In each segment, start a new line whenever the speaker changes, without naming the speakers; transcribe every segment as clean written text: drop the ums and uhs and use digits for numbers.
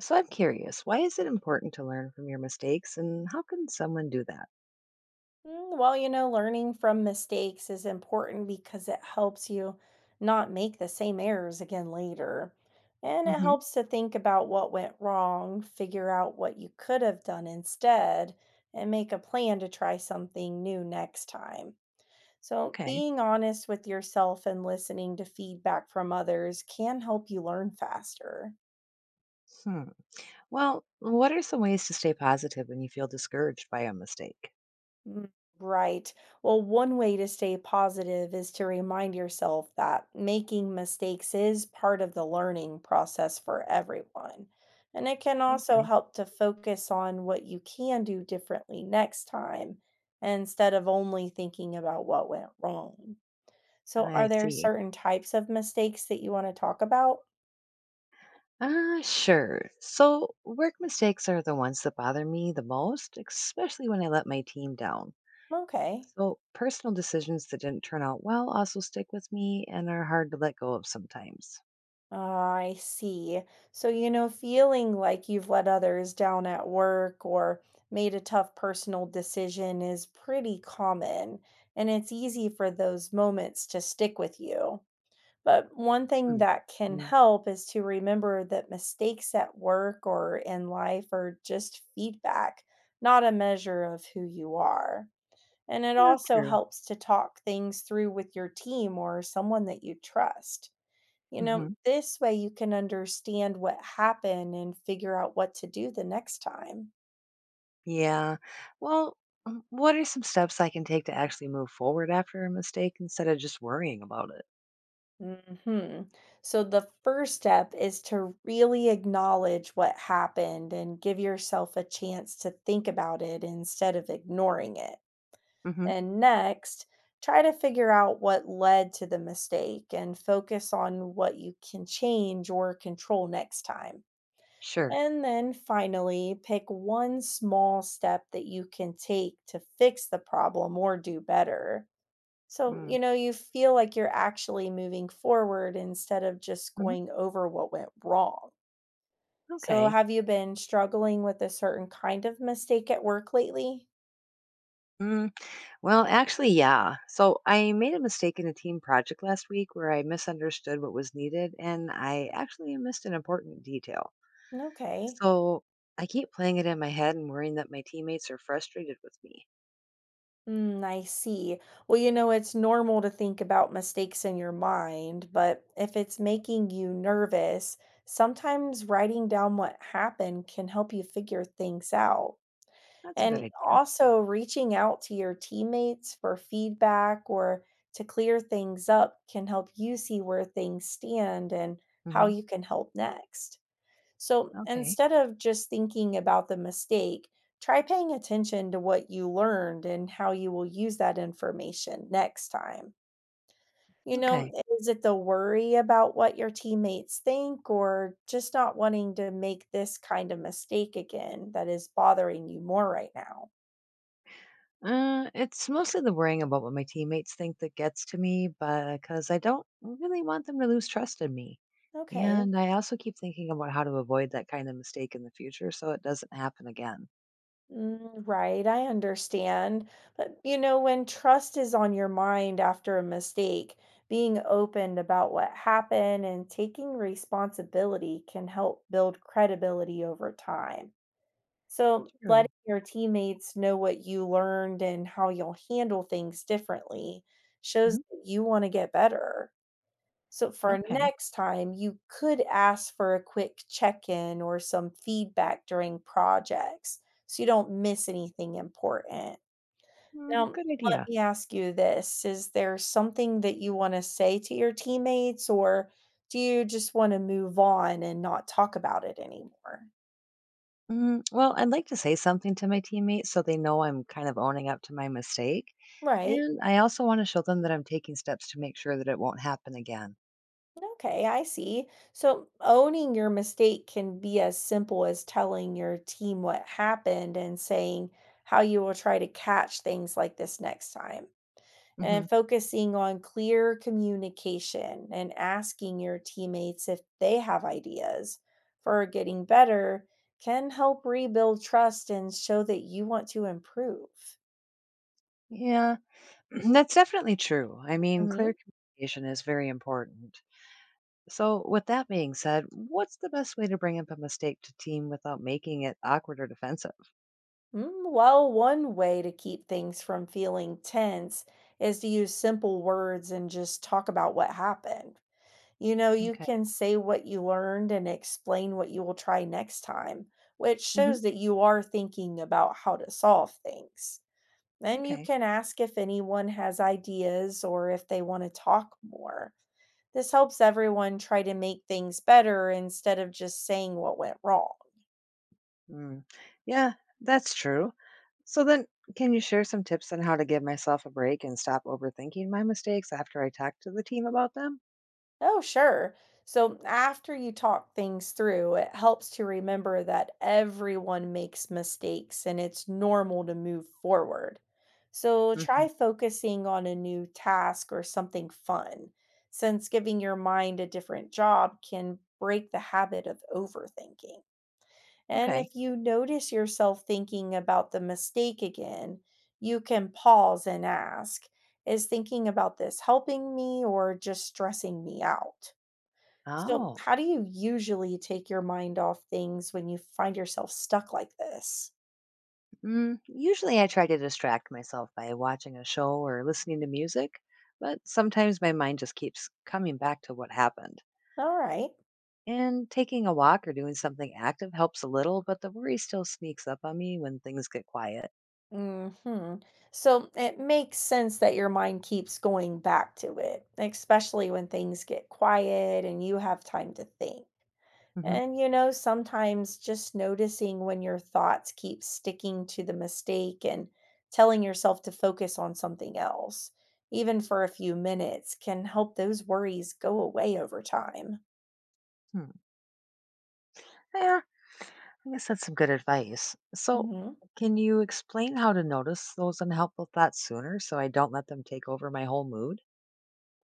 So I'm curious, why is it important to learn from your mistakes and how can someone do that?
Well, learning from mistakes is important because it helps you not make the same errors again later. And it
Hmm.
helps to think about what went wrong, figure out what you could have done instead, and make a plan to try something new next time. So,
Okay.
being honest with yourself and listening to feedback from others can help you learn faster.
Hmm. Well, what are some ways to stay positive when you feel discouraged by a mistake?
Mm, Right. Well, one way to stay positive is to remind yourself that making mistakes is part of the learning process for everyone. And it can also
Okay.
help to focus on what you can do differently next time instead of only thinking about what went wrong. So, are
I
there
see.
certain types of mistakes that you want to talk about?
Ah, sure. So work mistakes are the ones that bother me the most, especially when I let my team down.
Okay.
So personal decisions that didn't turn out well also stick with me and are hard to let go of sometimes.
Ah, I see. So, feeling like you've let others down at work or made a tough personal decision is pretty common, and it's easy for those moments to stick with you. But one thing
Mm.
that can
No,
help is to remember that mistakes at work or in life are just feedback, not a measure of who you are. And it
not
also
true.
helps to talk things through with your team or someone that you trust.
Hmm.
This way you can understand what happened and figure out what to do the next time.
Yeah. Well, what are some steps I can take to actually move forward after a mistake instead of just worrying about it?
hmm So, the first step is to really acknowledge what happened and give yourself a chance to think about it instead of ignoring it.
Hmm.
And next, try to figure out what led to the mistake and focus on what you can change or control next time.
Sure.
And then finally, pick one small step that you can take to fix the problem or do better. So,
Mm.
you feel like you're actually moving forward instead of just
Mm-hmm.
going over what went wrong. So,
Okay.
have you been struggling with a certain kind of mistake at work lately?
Mm, Actually, yeah. So I made a mistake in a team project last week where I misunderstood what was needed and I actually missed an important detail.
Okay.
So I keep playing it in my head and worrying that my teammates are frustrated with me.
I see. Well, it's normal to think about mistakes in your mind, but if it's making you nervous, sometimes writing down what happened can help you figure things out.
That's a good
And
idea.
also, reaching out to your teammates for feedback or to clear things up can help you see where things stand and how
Hmm.
you can help next. So
Okay.
instead of just thinking about the mistake, try paying attention to what you learned and how you will use that information next time. You know,
Okay.
is it the worry about what your teammates think or just not wanting to make this kind of mistake again that is bothering you more right now?
It's mostly the worrying about what my teammates think that gets to me, but because I don't really want them to lose trust in me.
Okay.
And I also keep thinking about how to avoid that kind of mistake in the future so it doesn't happen again.
Right, I understand. But when trust is on your mind after a mistake, being open about what happened and taking responsibility can help build credibility over time. So, letting
True.
your teammates know what you learned and how you'll handle things differently shows
Hmm.
that you want to get better. So for
Okay.
next time, you could ask for a quick check in or some feedback during projects so you don't miss anything important. Mm.
Mm,
Now,
good
let
idea.
me ask you this. Is there something that you want to say to your teammates, or do you just want to move on and not talk about it anymore?
Well, I'd like to say something to my teammates so they know I'm kind of owning up to my mistake.
Right.
And I also want to show them that I'm taking steps to make sure that it won't happen again.
Okay, I see. So owning your mistake can be as simple as telling your team what happened and saying how you will try to catch things like this next time.
Hmm.
And focusing on clear communication and asking your teammates if they have ideas for getting better can help rebuild trust and show that you want to improve.
Yeah, that's definitely true. I mean, clear communication is very important. So, with that being said, what's the best way to bring up a mistake to team without making it awkward or defensive?
Well, one way to keep things from feeling tense is to use simple words and just talk about what happened. You
Okay.
can say what you learned and explain what you will try next time, which
Hmm.
shows that you are thinking about how to solve things. Then you
Okay.
can ask if anyone has ideas or if they want to talk more. This helps everyone try to make things better instead of just saying what went wrong.
Mm. Yeah, that's true. So, then Can you share some tips on how to give myself a break and stop overthinking my mistakes after I talk to the team about them?
Oh, sure. So after you talk things through, it helps to remember that everyone makes mistakes and it's normal to move forward. So
Hmm.
try focusing on a new task or something fun, since giving your mind a different job can break the habit of overthinking. And
Okay.
if you notice yourself thinking about the mistake again, you can pause and ask, is thinking about this helping me or just stressing me out? So,
Oh.
how do you usually take your mind off things when you find yourself stuck like this?
Mm, usually I try to distract myself by watching a show or listening to music, but sometimes my mind just keeps coming back to what happened.
All right.
And taking a walk or doing something active helps a little, but the worry still sneaks up on me when things get quiet.
Mhm. So, it makes sense that your mind keeps going back to it, especially when things get quiet and you have time to think.
Hmm.
And sometimes just noticing when your thoughts keep sticking to the mistake and telling yourself to focus on something else, even for a few minutes, can help those worries go away over time.
Hmm. Yeah, I guess that's some good advice. So,
Mhm.
can you explain how to notice those unhelpful thoughts sooner so I don't let them take over my whole mood?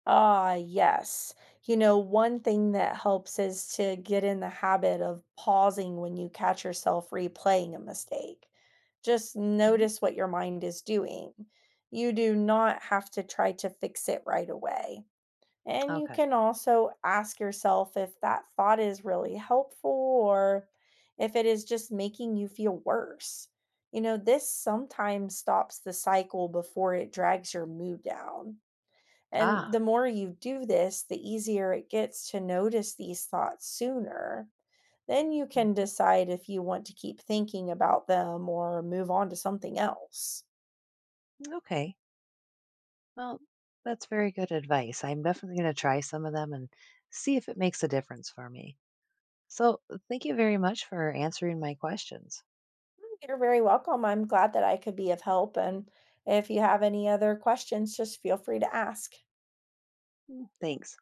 Ah, yes. One thing that helps is to get in the habit of pausing when you catch yourself replaying a mistake. Just
Hmm.
notice what your mind is doing. You do not have to try to fix it right away. And you
Okay.
can also ask yourself if that thought is really helpful or if it is just making you feel worse. This sometimes stops the cycle before it drags your mood down. And the
Ah,
more you do this, the easier it gets to notice these thoughts sooner. Then you can
mm,
decide if you want to keep thinking about them or move on to something else.
okay. Well, that's very good advice. I'm definitely going to try some of them and see if it makes a difference for me. So, thank you very much for answering my questions.
You're very welcome. I'm glad that I could be of help. And if you have any other questions, just feel free to ask.
Thanks.